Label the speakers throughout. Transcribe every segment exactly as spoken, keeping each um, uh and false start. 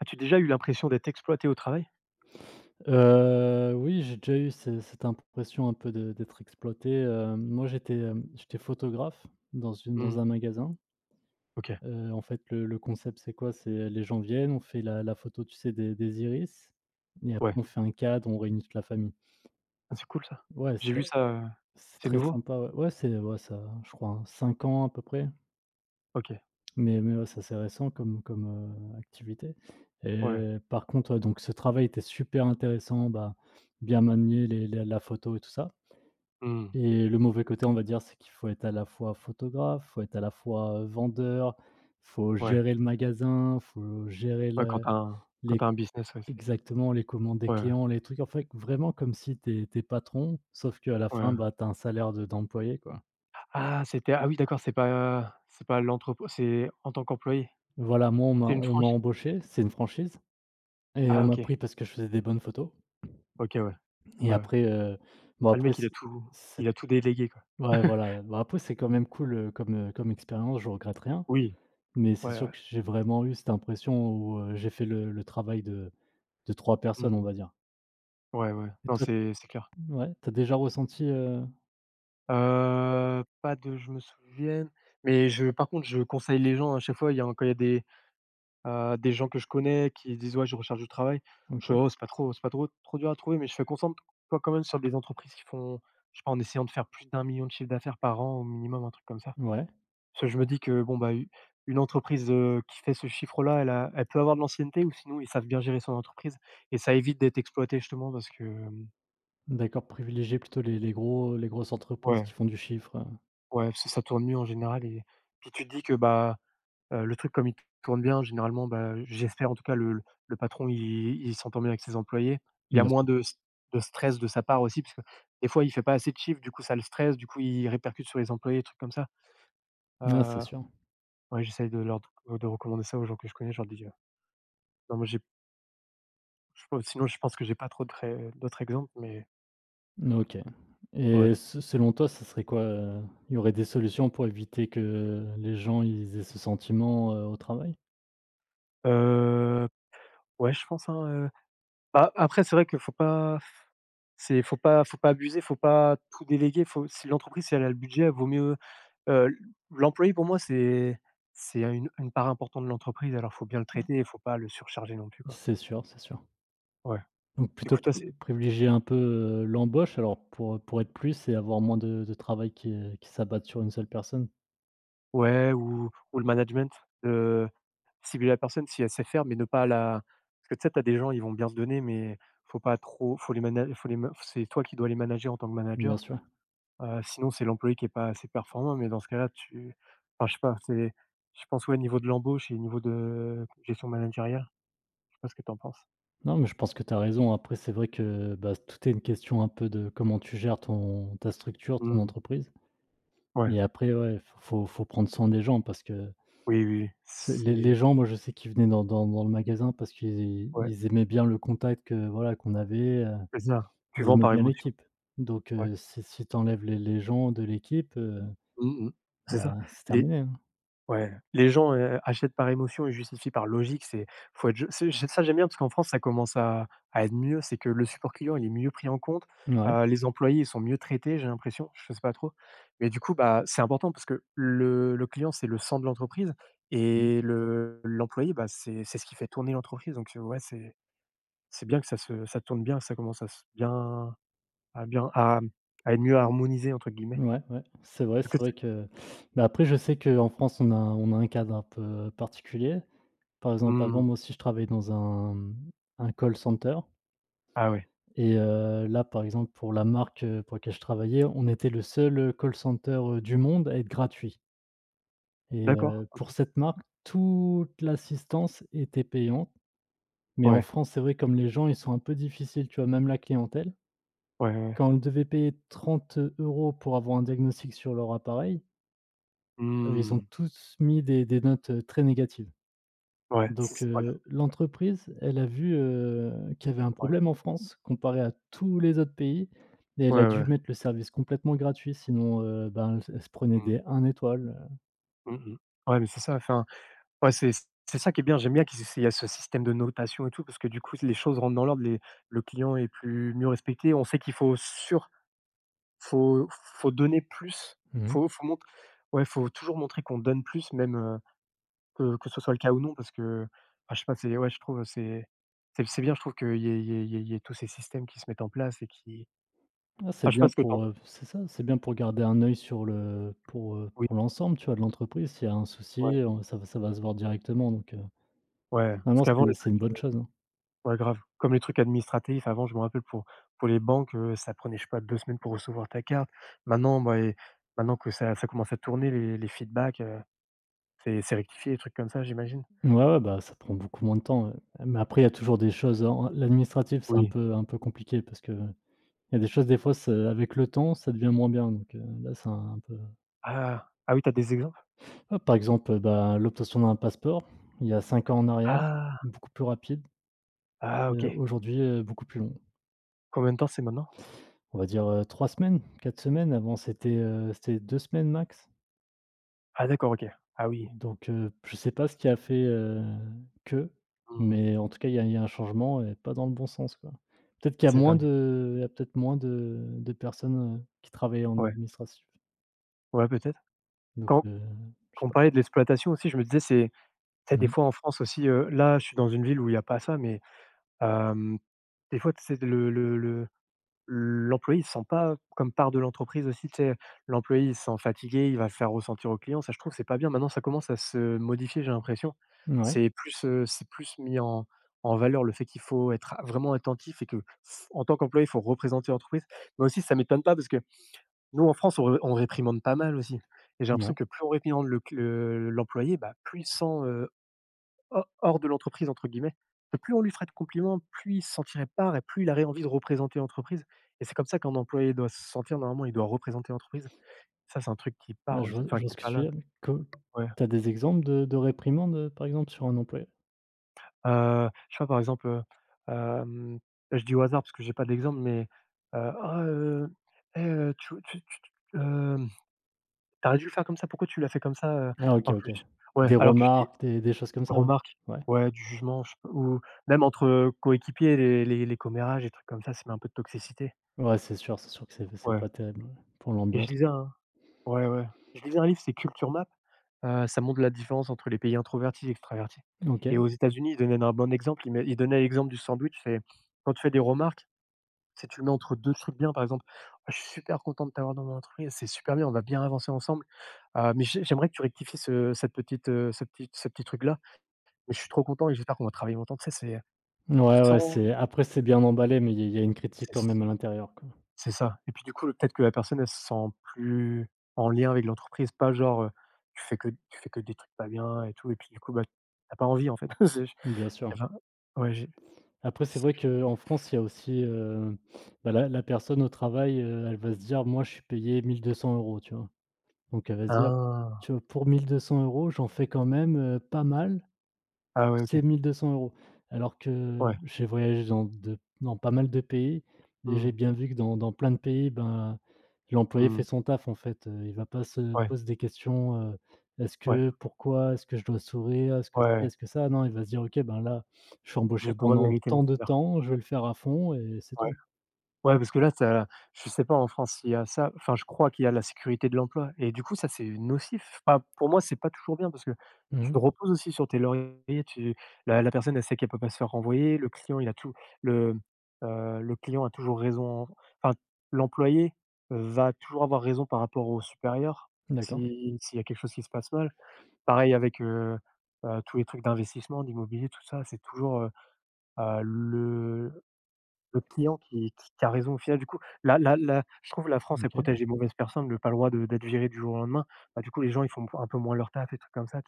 Speaker 1: As-tu déjà eu l'impression d'être exploité au travail?
Speaker 2: Heu, oui, j'ai déjà eu ce cette impression un peu de d'être exploité. Heu, moi j'étais, hem, j'étais photographe dans une dans
Speaker 1: Mmh.
Speaker 2: un magasin.
Speaker 1: OK,
Speaker 2: Heu, en fait le le concept c'est quoi? C'est euh, les gens viennent, on fait la la photo, tu sais, des des iris, et après
Speaker 1: ouais.
Speaker 2: on fait un cadre, on réunit toute la famille.
Speaker 1: Ah, c'est cool ça.
Speaker 2: Ouais,
Speaker 1: J'ai
Speaker 2: c'est
Speaker 1: vu ça, heu
Speaker 2: c'est
Speaker 1: c'est
Speaker 2: très
Speaker 1: nouveau?
Speaker 2: sympa, ouais. Ouais, c'est ouais ça je crois, hein, cinq ans à peu près,
Speaker 1: OK,
Speaker 2: mais mais ouais, ça, c'est récent comme comme, heu, activité.
Speaker 1: ouais.
Speaker 2: Et par contre, ouais, donc ce travail était super intéressant, bah, bien manier les les la photo et tout ça.
Speaker 1: Mmh.
Speaker 2: Et le mauvais côté, on va dire, c'est qu'il faut être à la fois photographe, faut être à la fois vendeur, faut
Speaker 1: Ouais.
Speaker 2: gérer le magasin, faut gérer
Speaker 1: Ouais, quand
Speaker 2: la
Speaker 1: t'as un quand
Speaker 2: les
Speaker 1: t'as un business, ouais, c'est
Speaker 2: exactement, les commandes des
Speaker 1: ouais, ouais.
Speaker 2: clients, les trucs, en fait, vraiment comme si tu es tu es patron, sauf qu'à la
Speaker 1: Ouais, ouais.
Speaker 2: fin, bah, tu as un salaire de d'employé, quoi.
Speaker 1: Ah, c'était ah oui d'accord, c'est pas c'est pas l'entrepôt, c'est en tant qu'employé?
Speaker 2: Voilà, moi, on m'a
Speaker 1: C'est une
Speaker 2: on m'a
Speaker 1: franchise?
Speaker 2: embauché, c'est une franchise et
Speaker 1: Ah
Speaker 2: on m'a
Speaker 1: OK.
Speaker 2: pris parce que je faisais des bonnes photos.
Speaker 1: OK, ouais.
Speaker 2: Et
Speaker 1: Ouais, ouais.
Speaker 2: après, heu, bon
Speaker 1: Ah, le
Speaker 2: après
Speaker 1: mec, il a
Speaker 2: c'est
Speaker 1: tout
Speaker 2: c'est
Speaker 1: il a tout délégué quoi.
Speaker 2: ouais, voilà, bah, après c'est quand même cool, heu, comme, heu, comme expérience, je regrette rien.
Speaker 1: Oui.
Speaker 2: Mais c'est
Speaker 1: Ouais,
Speaker 2: sûr
Speaker 1: ouais.
Speaker 2: que j'ai vraiment eu cette impression où heu, j'ai fait le le travail de de trois personnes, on
Speaker 1: Mmh.
Speaker 2: va dire.
Speaker 1: Ouais, ouais.
Speaker 2: Et
Speaker 1: Non,
Speaker 2: toi,
Speaker 1: c'est c'est clair.
Speaker 2: ouais, tu déjà ressenti? heu
Speaker 1: Heu, pas de je me souvienne, mais je par contre, je conseille les gens à chaque fois, il y a un quand il y a des, heu, des gens que je connais qui disent: «Ouais, je recherche du travail», je fais:
Speaker 2: OK,
Speaker 1: «Oh, c'est pas trop c'est pas trop trop dur à trouver», mais je fais: «Concentre-toi quand même sur des entreprises qui font, je sais pas, en essayant de faire plus d'un million de chiffre d'affaires par an au minimum», un truc comme ça.
Speaker 2: ouais,
Speaker 1: Parce que je me dis que bon, bah, u une entreprise, heu, qui fait ce chiffre-là, elle a elle peut avoir de l'ancienneté ou sinon ils savent bien gérer son entreprise, et ça évite d'être exploité justement parce que, hem
Speaker 2: d'accord, privilégier plutôt les les gros les grosses entreprises
Speaker 1: ouais,
Speaker 2: qui font du chiffre. Heu,
Speaker 1: ouais, parce que ça tourne mieux en général, et puis tu te dis que, bah. Heu, le truc comme il tourne bien, généralement, bah, j'espère en tout cas le le le patron il il s'entend bien avec ses employés. Il y a
Speaker 2: bien
Speaker 1: moins
Speaker 2: sûr.
Speaker 1: de s de stress de sa part aussi, parce que des fois il fait pas assez de chiffres, du coup ça le stresse, du coup il répercute sur les employés, des trucs comme ça.
Speaker 2: Ah, c'est
Speaker 1: Heu,
Speaker 2: sûr.
Speaker 1: ouais, j'essaye de leur de recommander ça aux gens que je connais, je leur dis, heu non moi j'ai je pense sinon je pense que j'ai pas trop de ré d'autres exemples, mais
Speaker 2: OK.
Speaker 1: ouais.
Speaker 2: Et se selon toi, ce serait quoi? Heu, il y aurait des solutions pour éviter que les gens ils aient ce sentiment heu, au travail?
Speaker 1: Heu, ouais je pense, hein, heu, bah, après c'est vrai qu'il faut pas c'est faut pas faut pas abuser, faut pas tout déléguer, faut si l'entreprise si elle a le budget, elle vaut mieux. Heu, L'employé pour moi, c'est c'est une une part importante de l'entreprise, alors faut bien le traiter et faut pas le surcharger non plus, quoi.
Speaker 2: C'est sûr, c'est sûr.
Speaker 1: Ouais.
Speaker 2: Donc
Speaker 1: Du
Speaker 2: plutôt
Speaker 1: coup, toi,
Speaker 2: pri
Speaker 1: c'est
Speaker 2: privilégier un peu heu, l'embauche alors, pour, pour être plus et avoir moins de de travail qui heu, qui s'abatte sur une seule personne.
Speaker 1: ouais ou ou le management, heu, cibler la personne si elle sait faire, mais ne pas la parce que tu sais, tu as des gens, ils vont bien se donner, mais faut pas trop faut les mana faut les ma c'est toi qui dois les manager en tant que
Speaker 2: Bien
Speaker 1: manager,
Speaker 2: sûr.
Speaker 1: heu, sinon c'est l'employé qui est pas assez performant, mais dans ce cas-là, tu enfin, je sais pas, c'est je pense, ouais, niveau de l'embauche et niveau de gestion managériale, je sais pas ce que tu en penses?
Speaker 2: Non, mais je pense que tu as raison. Après, c'est vrai que, bah, tout est une question un peu de comment tu gères ton ta structure, ton
Speaker 1: Mmh.
Speaker 2: entreprise.
Speaker 1: Ouais.
Speaker 2: Et après, ouais, faut faut faut prendre soin des gens, parce que
Speaker 1: Oui, oui, oui,
Speaker 2: c'est les les
Speaker 1: c'est
Speaker 2: gens. Moi, je sais qu'ils venaient dans dans dans le magasin parce qu'ils
Speaker 1: ouais,
Speaker 2: ils aimaient bien le contact que, voilà, qu'on avait. Heu,
Speaker 1: c'est ça. Tu
Speaker 2: ils
Speaker 1: vends
Speaker 2: aimaient
Speaker 1: par
Speaker 2: bien
Speaker 1: émotion.
Speaker 2: l'équipe. Donc
Speaker 1: Ouais.
Speaker 2: heu, si si tu enlèves les les gens de l'équipe, heu,
Speaker 1: Mmh mh. C'est ça.
Speaker 2: bah, c'est
Speaker 1: Les
Speaker 2: terminé, hein.
Speaker 1: ouais, les gens, heu, achètent par émotion et justifient par logique. C'est faut être je c'est j ça j'aime bien parce qu'en France, ça commence à à être mieux. C'est que le support client, il est mieux pris en compte.
Speaker 2: Ouais.
Speaker 1: Heu, les employés, ils sont mieux traités, j'ai l'impression, je sais pas trop. Mais du coup, bah, c'est important parce que le le client, c'est le sang de l'entreprise
Speaker 2: Mmh.
Speaker 1: et le l'employé, bah, c'est c'est ce qui fait tourner l'entreprise. Donc, heu, ouais, c'est c'est bien que ça se ça tourne bien, que ça commence à se bien à bien à à être mieux «harmonisé» entre guillemets.
Speaker 2: Ouais, ouais, c'est vrai, c'est
Speaker 1: Est-ce que c'est
Speaker 2: vrai que mais après je sais qu'en France on a on a un cadre un peu euh, particulier. Par exemple,
Speaker 1: mmh.
Speaker 2: avant moi aussi je travaillais dans un, mmh, un call center,
Speaker 1: Ah ouais.
Speaker 2: et heu, là par exemple, pour la marque heu, pour laquelle je travaillais, on était le seul euh, call center heu, du monde à être gratuit, et
Speaker 1: D'accord,
Speaker 2: heu,
Speaker 1: OK.
Speaker 2: pour cette marque, toute l'assistance était payante. Mais en
Speaker 1: Ouais,
Speaker 2: France, c'est vrai, comme les gens ils sont un peu difficiles, tu vois? Même la clientèle,
Speaker 1: ouais, ouais, ouais.
Speaker 2: quand on devait payer trente euros pour avoir un diagnostic sur leur appareil, Heu, ils ont
Speaker 1: Mmh.
Speaker 2: tous mis des des notes heu, très négatives.
Speaker 1: Ouais, c'est
Speaker 2: Donc
Speaker 1: c'est voilà,
Speaker 2: heu, l'entreprise, elle a vu heu, qu'il y avait un
Speaker 1: ouais.
Speaker 2: problème en France comparé à tous les autres pays, et
Speaker 1: Ouais,
Speaker 2: elle a
Speaker 1: ouais.
Speaker 2: dû mettre le service complètement gratuit, sinon heu, ben, elle se elle se prenait
Speaker 1: Mmh.
Speaker 2: des une étoile.
Speaker 1: Mmh mh. Ouais, mais c'est ça, enfin, ouais, c'est c'est ça qui est bien. J'aime bien qu'il essayent il y a ce système de notation et tout parce que du coup, les choses rentrent dans l'ordre, les le client est plus mieux respecté. On sait qu'il faut sur faut faut donner plus,
Speaker 2: heu. Mmh mh.
Speaker 1: faut faut mont ouais, faut toujours montrer qu'on donne plus même, heu Que que ce soit le cas ou non parce que, enfin je sais pas, c'est ouais je trouve c'est c'est c'est bien je trouve qu'il y ait il y ait il y ait il y ait tous ces systèmes qui se mettent en place et qui
Speaker 2: Ah, c'est
Speaker 1: enfin je sais pas
Speaker 2: bien
Speaker 1: ce que tu
Speaker 2: pour, heu, c'est ça, c'est bien pour garder un œil, sur le pour, heu,
Speaker 1: oui,
Speaker 2: pour l'ensemble, tu vois, de l'entreprise. S'il y a un souci,
Speaker 1: ouais,
Speaker 2: on ça va ça va se voir directement. Donc heu,
Speaker 1: ouais,
Speaker 2: non,
Speaker 1: parce
Speaker 2: non,
Speaker 1: qu'avant
Speaker 2: c'est
Speaker 1: les
Speaker 2: c'est
Speaker 1: trucs
Speaker 2: une bonne chose, hein.
Speaker 1: ouais grave, comme les trucs administratifs avant je me rappelle pour pour les banques, heu, ça prenait je sais pas deux semaines pour recevoir ta carte. Maintenant bah et maintenant que ça ça commence à tourner les les feedbacks, heu, c'est c'est rectifié, les trucs comme ça j'imagine?
Speaker 2: Ouais, ouais, bah, ça prend beaucoup moins de temps, heu, mais après il y a toujours des choses en l'administratif, c'est un
Speaker 1: Oui.
Speaker 2: peu un peu compliqué, parce que il y a des choses, des fois c'est avec le temps, ça devient moins bien, donc heu, là c'est un peu.
Speaker 1: Ah! Ah oui t'as des exemples?
Speaker 2: Ah, par exemple, heu, bah, l'obtention d'un passeport, il y a cinq ans en arrière,
Speaker 1: Ah!
Speaker 2: beaucoup plus rapide,
Speaker 1: Ah
Speaker 2: heu,
Speaker 1: OK.
Speaker 2: aujourd'hui, heu, beaucoup plus long.
Speaker 1: Combien de temps c'est maintenant?
Speaker 2: On va dire heu, trois semaines, quatre semaines; avant c'était, heu, c'était deux semaines max.
Speaker 1: Ah d'accord OK. Ah oui.
Speaker 2: Donc heu, je sais pas ce qui a fait heu, que,
Speaker 1: Mmh.
Speaker 2: mais en tout cas il y a il y a un changement, et pas dans le bon sens, quoi. Peut-être qu'il y a
Speaker 1: C'est
Speaker 2: moins
Speaker 1: dingue.
Speaker 2: de il y a peut-être moins de de personnes heu, qui travaillent en
Speaker 1: Ouais.
Speaker 2: administratif,
Speaker 1: Ouais, peut-être.
Speaker 2: donc
Speaker 1: Quand
Speaker 2: heu, je sais
Speaker 1: quand on
Speaker 2: pas.
Speaker 1: parlait de l'exploitation aussi, je me disais, c'est tu des
Speaker 2: Mmh.
Speaker 1: fois en France aussi, heu, là, je suis dans une ville où il y a pas ça, mais hem, des fois, c'est le le le l'employé, il se sent pas comme part de l'entreprise aussi, tu sais? L'employé, il se sent fatigué, il va le faire ressentir au client. Ça, je trouve, c'est pas bien. Maintenant, ça commence à se modifier, j'ai l'impression.
Speaker 2: Ouais,
Speaker 1: C'est plus, heu, c'est plus mis en en valeur le fait qu'il faut être vraiment attentif et que en tant qu'employé, il faut représenter l'entreprise. Mais aussi, ça m'étonne pas parce que nous, en France, on ré on réprimande pas mal aussi et j'ai l'impression
Speaker 2: ouais,
Speaker 1: que plus on réprimande le cl le l'employé, bah, plus il sent, heu, ho «hors de l'entreprise» entre guillemets. Et plus on lui ferait de compliments, plus il se sentirait part et plus il aurait envie de représenter l'entreprise, et c'est comme ça qu'un employé doit se sentir normalement, il doit représenter l'entreprise. Ça, c'est un truc qui
Speaker 2: ouais,
Speaker 1: part
Speaker 2: je
Speaker 1: aussi,
Speaker 2: vois
Speaker 1: enfin
Speaker 2: je vois
Speaker 1: qui
Speaker 2: ce
Speaker 1: est
Speaker 2: que
Speaker 1: pas
Speaker 2: tu
Speaker 1: là,
Speaker 2: veux dire, mais
Speaker 1: ouais.
Speaker 2: tu as des exemples de de réprimandes, par exemple, sur un employé?
Speaker 1: Heu, je sais pas, par exemple, heu, hem, je dis au hasard parce que j'ai pas d'exemple, mais, heu: «Ah, heu, eh, heu, tu tu tu tu, hem, tu dû le faire comme ça, pourquoi tu l'as fait comme ça, heu?»
Speaker 2: Ah, OK,
Speaker 1: alors que
Speaker 2: OK.
Speaker 1: je ouais,
Speaker 2: Des
Speaker 1: alors que je dis
Speaker 2: remarques, des des choses comme ça, ouais?
Speaker 1: remarque,
Speaker 2: Ouais.
Speaker 1: ouais, du jugement, je ou même entre, coéquipiers, les les les commérages, et trucs comme ça, ça met un peu de toxicité.
Speaker 2: Ouais, c'est sûr, c'est sûr que c'est c'est
Speaker 1: Ouais
Speaker 2: pas terrible, ouais, pour
Speaker 1: et je
Speaker 2: l'ambiance.
Speaker 1: lisais un ouais, ouais, je lisais un livre, c'est Culture Map, heu, ça montre la différence entre les pays introvertis et extravertis
Speaker 2: OK.
Speaker 1: et aux États-Unis, ils donnaient un bon exemple, ils met ils donnaient l'exemple du sandwich, c'est quand tu fais des remarques, si tu le mets entre deux trucs bien, par exemple: «Ah, «Je suis super content de t'avoir dans mon entreprise, c'est super bien, on va bien avancer ensemble, heu, mais j'ai j'aimerais que tu rectifies ce cette petite, heu, ce petit ce petit truc-là, mais je suis trop content et j'espère qu'on va travailler longtemps». Tu sais, c'est
Speaker 2: Ouais,
Speaker 1: tu te
Speaker 2: ouais,
Speaker 1: sens
Speaker 2: c'est après c'est bien emballé, mais il y a il y a une
Speaker 1: c'est
Speaker 2: critique quand
Speaker 1: ç
Speaker 2: même à l'intérieur, quoi.
Speaker 1: c'est ça et puis du coup, le peut-être que la personne, elle se sent plus en lien avec l'entreprise, pas genre, heu, tu fais que tu fais que des trucs pas bien et tout et puis du coup, bah, tu as pas envie en fait. C'est j
Speaker 2: Bien
Speaker 1: il
Speaker 2: sûr.
Speaker 1: y avait un ouais, j'ai
Speaker 2: Après,
Speaker 1: je
Speaker 2: c'est
Speaker 1: sais
Speaker 2: vrai
Speaker 1: plus.
Speaker 2: qu'en France il y a aussi heu, bah, la la personne au travail heu, elle va se dire: «Moi, je suis payé mille deux cents euros €», tu vois? Donc elle va se dire:
Speaker 1: Ah!
Speaker 2: «Tu vois, pour mille deux cents euros €, j'en fais quand même heu, pas mal».
Speaker 1: Ah ouais, OK.
Speaker 2: C'est mille deux cents euros €. Alors que
Speaker 1: Ouais.
Speaker 2: j'ai voyagé dans de dans pas mal de pays, et j'ai
Speaker 1: Mmh.
Speaker 2: bien vu que dans dans plein de pays, ben, l'employé
Speaker 1: Mmh.
Speaker 2: fait son taf, en fait heu, il va pas se
Speaker 1: Ouais,
Speaker 2: pose des questions heu: «Est-ce
Speaker 1: ouais,
Speaker 2: que? Pourquoi? Est-ce que je dois sourire? Est-ce que
Speaker 1: ouais,
Speaker 2: ci?
Speaker 1: ouais.
Speaker 2: Est-ce que ça?» Non, il va se dire: «OK, ben, là, je suis
Speaker 1: Je
Speaker 2: embauché
Speaker 1: dois
Speaker 2: pendant
Speaker 1: mériter mon
Speaker 2: tant de
Speaker 1: salaire.
Speaker 2: temps, je vais le faire à fond», et c'est
Speaker 1: Ouais.
Speaker 2: tout.
Speaker 1: Ouais, parce que là, tu je sais pas en France s'il y a ça, enfin, je crois qu'il y a la sécurité de l'emploi et du coup, ça, c'est nocif. Enfin, pour moi, c'est pas toujours bien parce que tu
Speaker 2: Mmh.
Speaker 1: te reposes aussi sur tes lauriers, tu la la personne, elle sait qu'elle peut pas se faire renvoyer, le client, il a tout le, heu, le client a toujours raison, en- enfin, l'employé va toujours avoir raison par rapport au supérieur
Speaker 2: D'accord.
Speaker 1: si s'il y a quelque chose qui se passe mal. Pareil avec, heu heu, tous les trucs d'investissement, d'immobilier, tout ça, c'est toujours, heu heu, le le client qui qui qui a raison au final du coup, la la la je trouve que la France elle
Speaker 2: OK.
Speaker 1: protège les mauvaises personnes, le pas le droit de d'être viré du jour au lendemain. Bah, du coup les gens ils font un peu moins leur taf et trucs comme ça. Enfin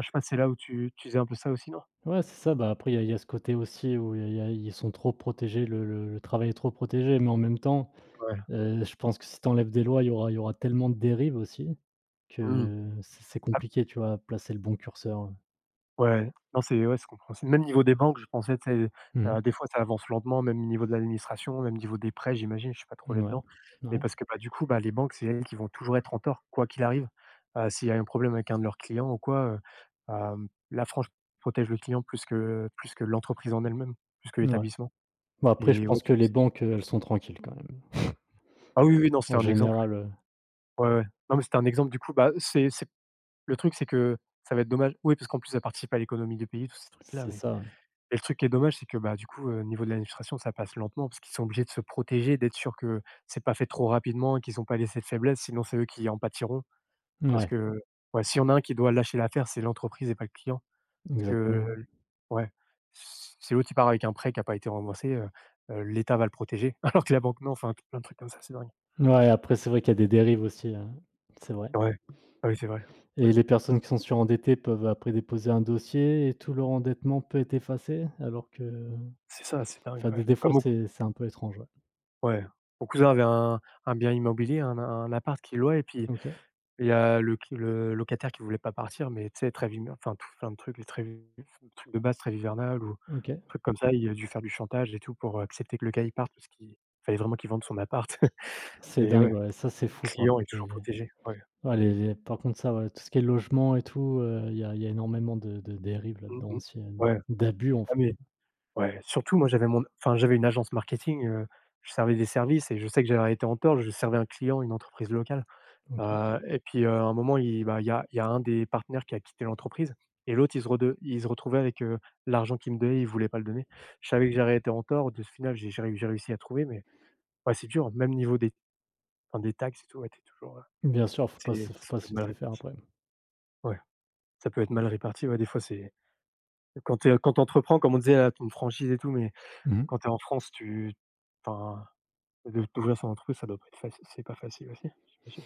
Speaker 1: je sais pas, c'est là où tu tu faisais un peu ça aussi non?
Speaker 2: Ouais, c'est ça, bah, après il y a il y a ce côté aussi où il y a il y a ils sont trop protégés, le le le travail est trop protégé, mais en même temps
Speaker 1: Ouais.
Speaker 2: Heu, je pense que si tu enlèves des lois, il y aura il y aura tellement de dérives aussi,
Speaker 1: Mmh.
Speaker 2: que c'est c'est
Speaker 1: Ah
Speaker 2: compliqué, tu vois, placer le bon curseur, heu.
Speaker 1: ouais, non, c'est ouais, c'est compréhensible. Même niveau des banques, je pensais, tu sais,
Speaker 2: Mmh mh.
Speaker 1: heu, des fois, ça avance lentement, même niveau de l'administration, même niveau des prêts, j'imagine, je suis pas trop
Speaker 2: Mouais.
Speaker 1: là-dedans. Mais
Speaker 2: Ouais,
Speaker 1: parce que, bah, du coup, bah, les banques, c'est elles qui vont toujours être en tort, quoi qu'il arrive. Heu, s'il y a un problème avec un de leurs clients ou quoi, heu, hem, la France protège le client plus que plus que l'entreprise en elle-même, plus que
Speaker 2: ouais.
Speaker 1: l'établissement.
Speaker 2: Bah, après, je
Speaker 1: Et ouais,
Speaker 2: pense
Speaker 1: du
Speaker 2: que
Speaker 1: coup,
Speaker 2: les
Speaker 1: c'est
Speaker 2: banques heu, elles sont tranquilles quand même.
Speaker 1: ah oui, oui, non, c'était
Speaker 2: En
Speaker 1: un exemple,
Speaker 2: général heu,
Speaker 1: ouais. Ouais, ouais. Non, mais c'était un exemple, du coup, bah, c'est c'est le truc, c'est que ça va être dommage, oui, parce qu'en plus, ça participe à l'économie du pays, tous ces trucs-là.
Speaker 2: c'est
Speaker 1: Mais
Speaker 2: ça.
Speaker 1: et le truc qui est dommage, c'est que, bah, du coup, heu, au niveau de l'administration, ça passe lentement parce qu'ils sont obligés de se protéger, d'être sûr que c'est pas fait trop rapidement et qu'ils ont pas laissé de faiblesse, sinon c'est eux qui en pâtiront. Parce
Speaker 2: Ouais,
Speaker 1: que ouais, s'il y en a un qui doit lâcher l'affaire, c'est l'entreprise et pas le client. Parce que
Speaker 2: exactement.
Speaker 1: ouais, c'est l'autre qui part avec un prêt qui a pas été remboursé, heu heu, l'État va le protéger, alors que la banque non. Enfin, plein de trucs comme ça, c'est dingue.
Speaker 2: Ouais, après, c'est vrai qu'il y a des dérives aussi heu, c'est vrai,
Speaker 1: Ouais. Ah oui, c'est vrai. Ouais,
Speaker 2: et les personnes qui sont surendettées peuvent après déposer un dossier, et tout leur endettement peut être effacé. Alors que,
Speaker 1: c'est ça, c'est dingue,
Speaker 2: enfin, des
Speaker 1: ouais.
Speaker 2: des
Speaker 1: Comme
Speaker 2: fois,
Speaker 1: mon c
Speaker 2: c'est c'est un peu étrange, ouais.
Speaker 1: Ouais, mon cousin avait un un bien immobilier, un un appart qu'il louait, et puis
Speaker 2: OK,
Speaker 1: il y a le cl le locataire qui voulait pas partir, mais tu sais, Trêve hivern enfin, tout plein de trucs, les trêves le truc de base, très hivernal ou
Speaker 2: OK.
Speaker 1: trucs comme ça. Il a dû faire du chantage et tout pour accepter que le gars il parte, parce qu'il fallait vraiment qu'il vende son appart.
Speaker 2: C'est
Speaker 1: Et ouais,
Speaker 2: dingue,
Speaker 1: le
Speaker 2: ouais, ça, c'est fou par
Speaker 1: client est
Speaker 2: contre
Speaker 1: toujours
Speaker 2: les
Speaker 1: protégé. Ouais.
Speaker 2: Ouais, les les par contre ça, ouais, tout ce qui est logement et tout heu, il y a il y a énormément de de dérives là-dedans
Speaker 1: Mmh mh.
Speaker 2: aussi heu,
Speaker 1: Ouais.
Speaker 2: d'abus en
Speaker 1: Ah
Speaker 2: fait.
Speaker 1: mais ouais, surtout moi j'avais mon, enfin j'avais une agence marketing, heu, je servais des services, et je sais que j'avais été en tort, je servais un client, une entreprise locale.
Speaker 2: OK.
Speaker 1: Heu et puis, heu, à un moment, il bah, il y a il y a un des partenaires qui a quitté l'entreprise, et l'autre, il se rede il se retrouvait avec, heu, l'argent qu'il me donnait, il voulait pas le donner. Je savais que j'aurais été en tort. De ce final, j'ai j'ai réu j'ai réussi à trouver, mais ouais, c'est dur. Même niveau des, enfin des taxes et tout, ouais, tu toujours, heu,
Speaker 2: Bien sûr, faut pas
Speaker 1: c'est
Speaker 2: se faut
Speaker 1: ça
Speaker 2: pas
Speaker 1: peut
Speaker 2: se
Speaker 1: être mal
Speaker 2: laisser faire
Speaker 1: réparti.
Speaker 2: après.
Speaker 1: Ouais, ça peut être mal réparti, ouais, des fois, c'est quand tu quand tu entreprends, comme on disait, là, tu as une franchise et tout, mais
Speaker 2: Mmh mh.
Speaker 1: quand tu es en France, tu, enfin, de d'ouvrir son entreprise, ça doit pas être facile, c'est pas facile aussi, j'imagine.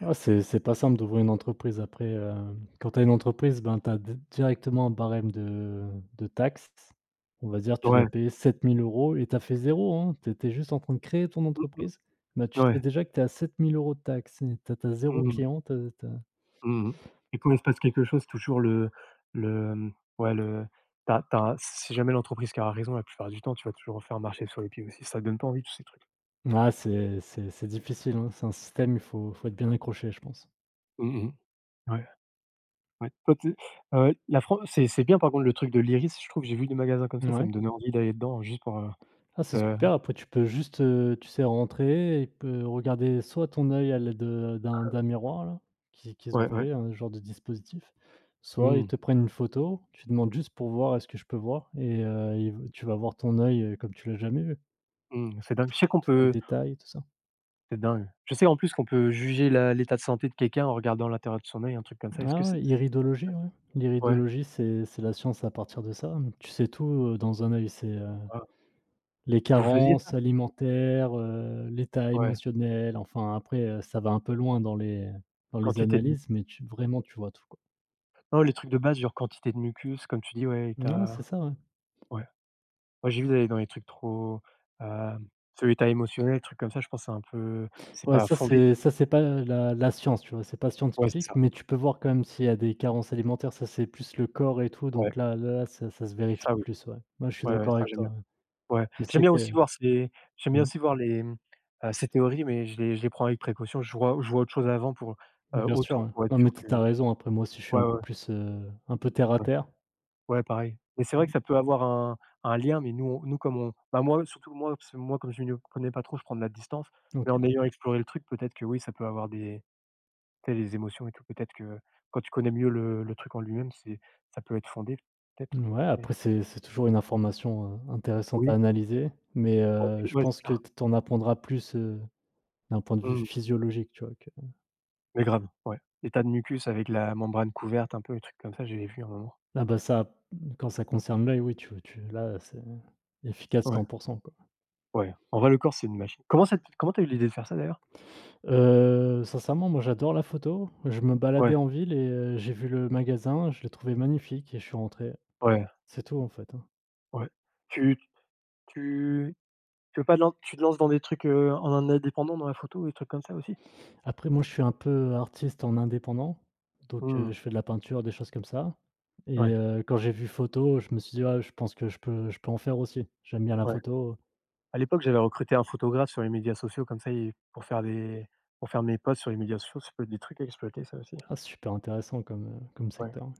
Speaker 2: Ouais, c'est c'est pas simple d'ouvrir une entreprise. Après, hem, quand tu as une entreprise, ben, tu as directement un barème de de taxes. On va dire, tu dois
Speaker 1: Ouais.
Speaker 2: payer sept mille euros et tu as fait zéro, hein. Tu étais juste en train de créer ton entreprise. Ben
Speaker 1: Mmh,
Speaker 2: tu
Speaker 1: ouais.
Speaker 2: sais déjà que tu es à sept mille € de taxes, et tu as tu
Speaker 1: Mmh.
Speaker 2: client, tu.
Speaker 1: Mmh mh. Et quand il se passe quelque chose, toujours le le, mmh, ouais, le tu as tu as si jamais l'entreprise qui aura raison la plupart du temps, tu vas toujours refaire marcher sur les pieds aussi. Ça donne pas envie, tous ces trucs.
Speaker 2: Ouais, c'est c'est c'est difficile, hein. C'est un système, il faut faut être bien accroché, je pense.
Speaker 1: Mmh mh. Ouais, ouais. Toi tu, heu, la Fran c'est c'est bien par contre le truc de l'Iris, je trouve, j'ai vu des magasins comme ça, ça
Speaker 2: Ouais.
Speaker 1: me donnait envie d'aller dedans juste pour, heu
Speaker 2: Ah, c'est
Speaker 1: heu,
Speaker 2: super, après tu peux juste heu, tu sais, rentrer et peu regarder, soit ton œil à l'aide heu, d'un d'un miroir là, qui qu'ils
Speaker 1: ouais,
Speaker 2: ont
Speaker 1: ouais.
Speaker 2: fait, un genre de dispositif, soit ils
Speaker 1: Mmh,
Speaker 2: te prennent une photo, tu demandes juste pour voir: «Est-ce que je peux voir?» et heu, ils v tu vas voir ton œil heu, comme tu l'as jamais vu,
Speaker 1: mmh, c'est dingue. Je sais qu'on
Speaker 2: tous les
Speaker 1: peut
Speaker 2: détails, tout ça.
Speaker 1: C'est dingue. Je sais en plus qu'on peut juger la l'état de santé de quelqu'un en regardant l'intérieur de son œil, un truc comme ça. Est-ce que
Speaker 2: Ah
Speaker 1: c'est
Speaker 2: ouais, iridologie, ouais.
Speaker 1: ouais,
Speaker 2: L'iridologie, c'est c'est la science à partir de ça. Tu sais tout heu, dans un œil, c'est, heu
Speaker 1: ouais.
Speaker 2: les
Speaker 1: Vous faisiez ça?
Speaker 2: carences alimentaires heu, l'état
Speaker 1: Ouais,
Speaker 2: émotionnel. Enfin après heu, ça va un peu loin dans les dans les
Speaker 1: quantité de
Speaker 2: analyses, mais tu vraiment, tu vois tout, quoi.
Speaker 1: non, les trucs de base, genre quantité de mucus, comme tu dis, ouais,
Speaker 2: Ouais,
Speaker 1: état,
Speaker 2: c'est ça, ouais.
Speaker 1: ouais. Moi, j'ai vu d'aller dans les trucs trop, hem, tu état émotionnel, trucs comme ça, je pense que c'est un peu, c'est
Speaker 2: Ouais,
Speaker 1: pas
Speaker 2: ça
Speaker 1: fondé.
Speaker 2: c'est ça c'est pas la la science, tu vois? C'est pas
Speaker 1: Ouais, c'est
Speaker 2: scientifique,
Speaker 1: ça.
Speaker 2: mais tu peux voir quand même s'il y a des carences alimentaires, ça c'est plus le corps et tout,
Speaker 1: Ouais,
Speaker 2: donc là là, ça ça se
Speaker 1: ça
Speaker 2: vérifie
Speaker 1: oui.
Speaker 2: plus, ouais. Ouais, je suis
Speaker 1: Ouais, ouais,
Speaker 2: d'accord
Speaker 1: ça
Speaker 2: avec
Speaker 1: j'aime
Speaker 2: toi,
Speaker 1: bien.
Speaker 2: ouais.
Speaker 1: Ouais.
Speaker 2: Mais c'est
Speaker 1: J'aime
Speaker 2: vrai
Speaker 1: bien aussi
Speaker 2: que
Speaker 1: voir ces, j'aime bien
Speaker 2: mmh,
Speaker 1: aussi voir les, mmh, ces théories, mais je les je les prends avec précaution. Je vois je vois autre chose avant pour, heu,
Speaker 2: bien sûr,
Speaker 1: autour,
Speaker 2: ouais.
Speaker 1: pour être
Speaker 2: Non, mais
Speaker 1: sûr
Speaker 2: tu as
Speaker 1: que
Speaker 2: tu as raison, après moi aussi je suis
Speaker 1: ouais,
Speaker 2: un peu
Speaker 1: ouais,
Speaker 2: plus heu, un peu terre à
Speaker 1: ouais.
Speaker 2: terre.
Speaker 1: Ouais, pareil. Mais c'est vrai
Speaker 2: Mmh,
Speaker 1: que ça peut avoir un un lien. Mais nous on, nous comme on, bah, moi, surtout moi, parce que moi comme je ne connais pas trop, je prends de la distance, mais
Speaker 2: OK.
Speaker 1: en ayant exploré le truc, peut-être que oui, ça peut avoir des, tu sais, les émotions et tout, peut-être que quand tu connais mieux le le truc en lui-même, c'est ça peut être fondé, peut-être,
Speaker 2: Ouais, après
Speaker 1: mais
Speaker 2: c'est c'est toujours une information heu, intéressante à
Speaker 1: oui,
Speaker 2: analyser, mais
Speaker 1: ouais,
Speaker 2: heu,
Speaker 1: c'est
Speaker 2: je
Speaker 1: ouais, c'est
Speaker 2: pense que
Speaker 1: clair.
Speaker 2: t tu en apprendras plus heu, d'un point de vue
Speaker 1: Mmh,
Speaker 2: physiologique, tu vois? Que
Speaker 1: mais grave, ouais. Les de mucus avec la membrane couverte un peu, les trucs comme ça, j'ai vu un moment.
Speaker 2: ah bah, ça quand ça concerne l'œil, oui, tu tu là, c'est efficace
Speaker 1: Ouais,
Speaker 2: cent quoi.
Speaker 1: ouais. En vrai, le corps, c'est une machine. Comment ça t comment t'as eu l'idée de faire ça d'ailleurs?
Speaker 2: Heu, sincèrement, moi, j'adore la photo. Je me
Speaker 1: Ouais,
Speaker 2: baladais en ville et heu, j'ai vu le magasin, je l'ai trouvé magnifique et je suis rentré.
Speaker 1: ouais,
Speaker 2: C'est tout, en fait, hein.
Speaker 1: ouais. Tu tu Tu veux pas te lan tu te lances dans des trucs, heu, en indépendant dans la photo, des trucs comme ça aussi?
Speaker 2: Après moi, je suis un peu artiste en indépendant, donc heu,
Speaker 1: Mmh.
Speaker 2: je fais de la peinture, des choses comme ça. Et
Speaker 1: Ouais,
Speaker 2: heu, quand j'ai vu photo, je me suis dit: «Ah, je pense que je peux je peux en faire aussi». J'aime bien la
Speaker 1: ouais.
Speaker 2: photo.
Speaker 1: À l'époque, j'avais recruté un photographe sur les médias sociaux, comme ça il pour faire des, pour faire mes posts sur les médias sociaux, ça peut être des trucs à exploiter ça aussi.
Speaker 2: Ah, c'est super intéressant comme, heu, comme
Speaker 1: Ouais,
Speaker 2: secteur.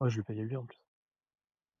Speaker 1: moi je lui payais bien.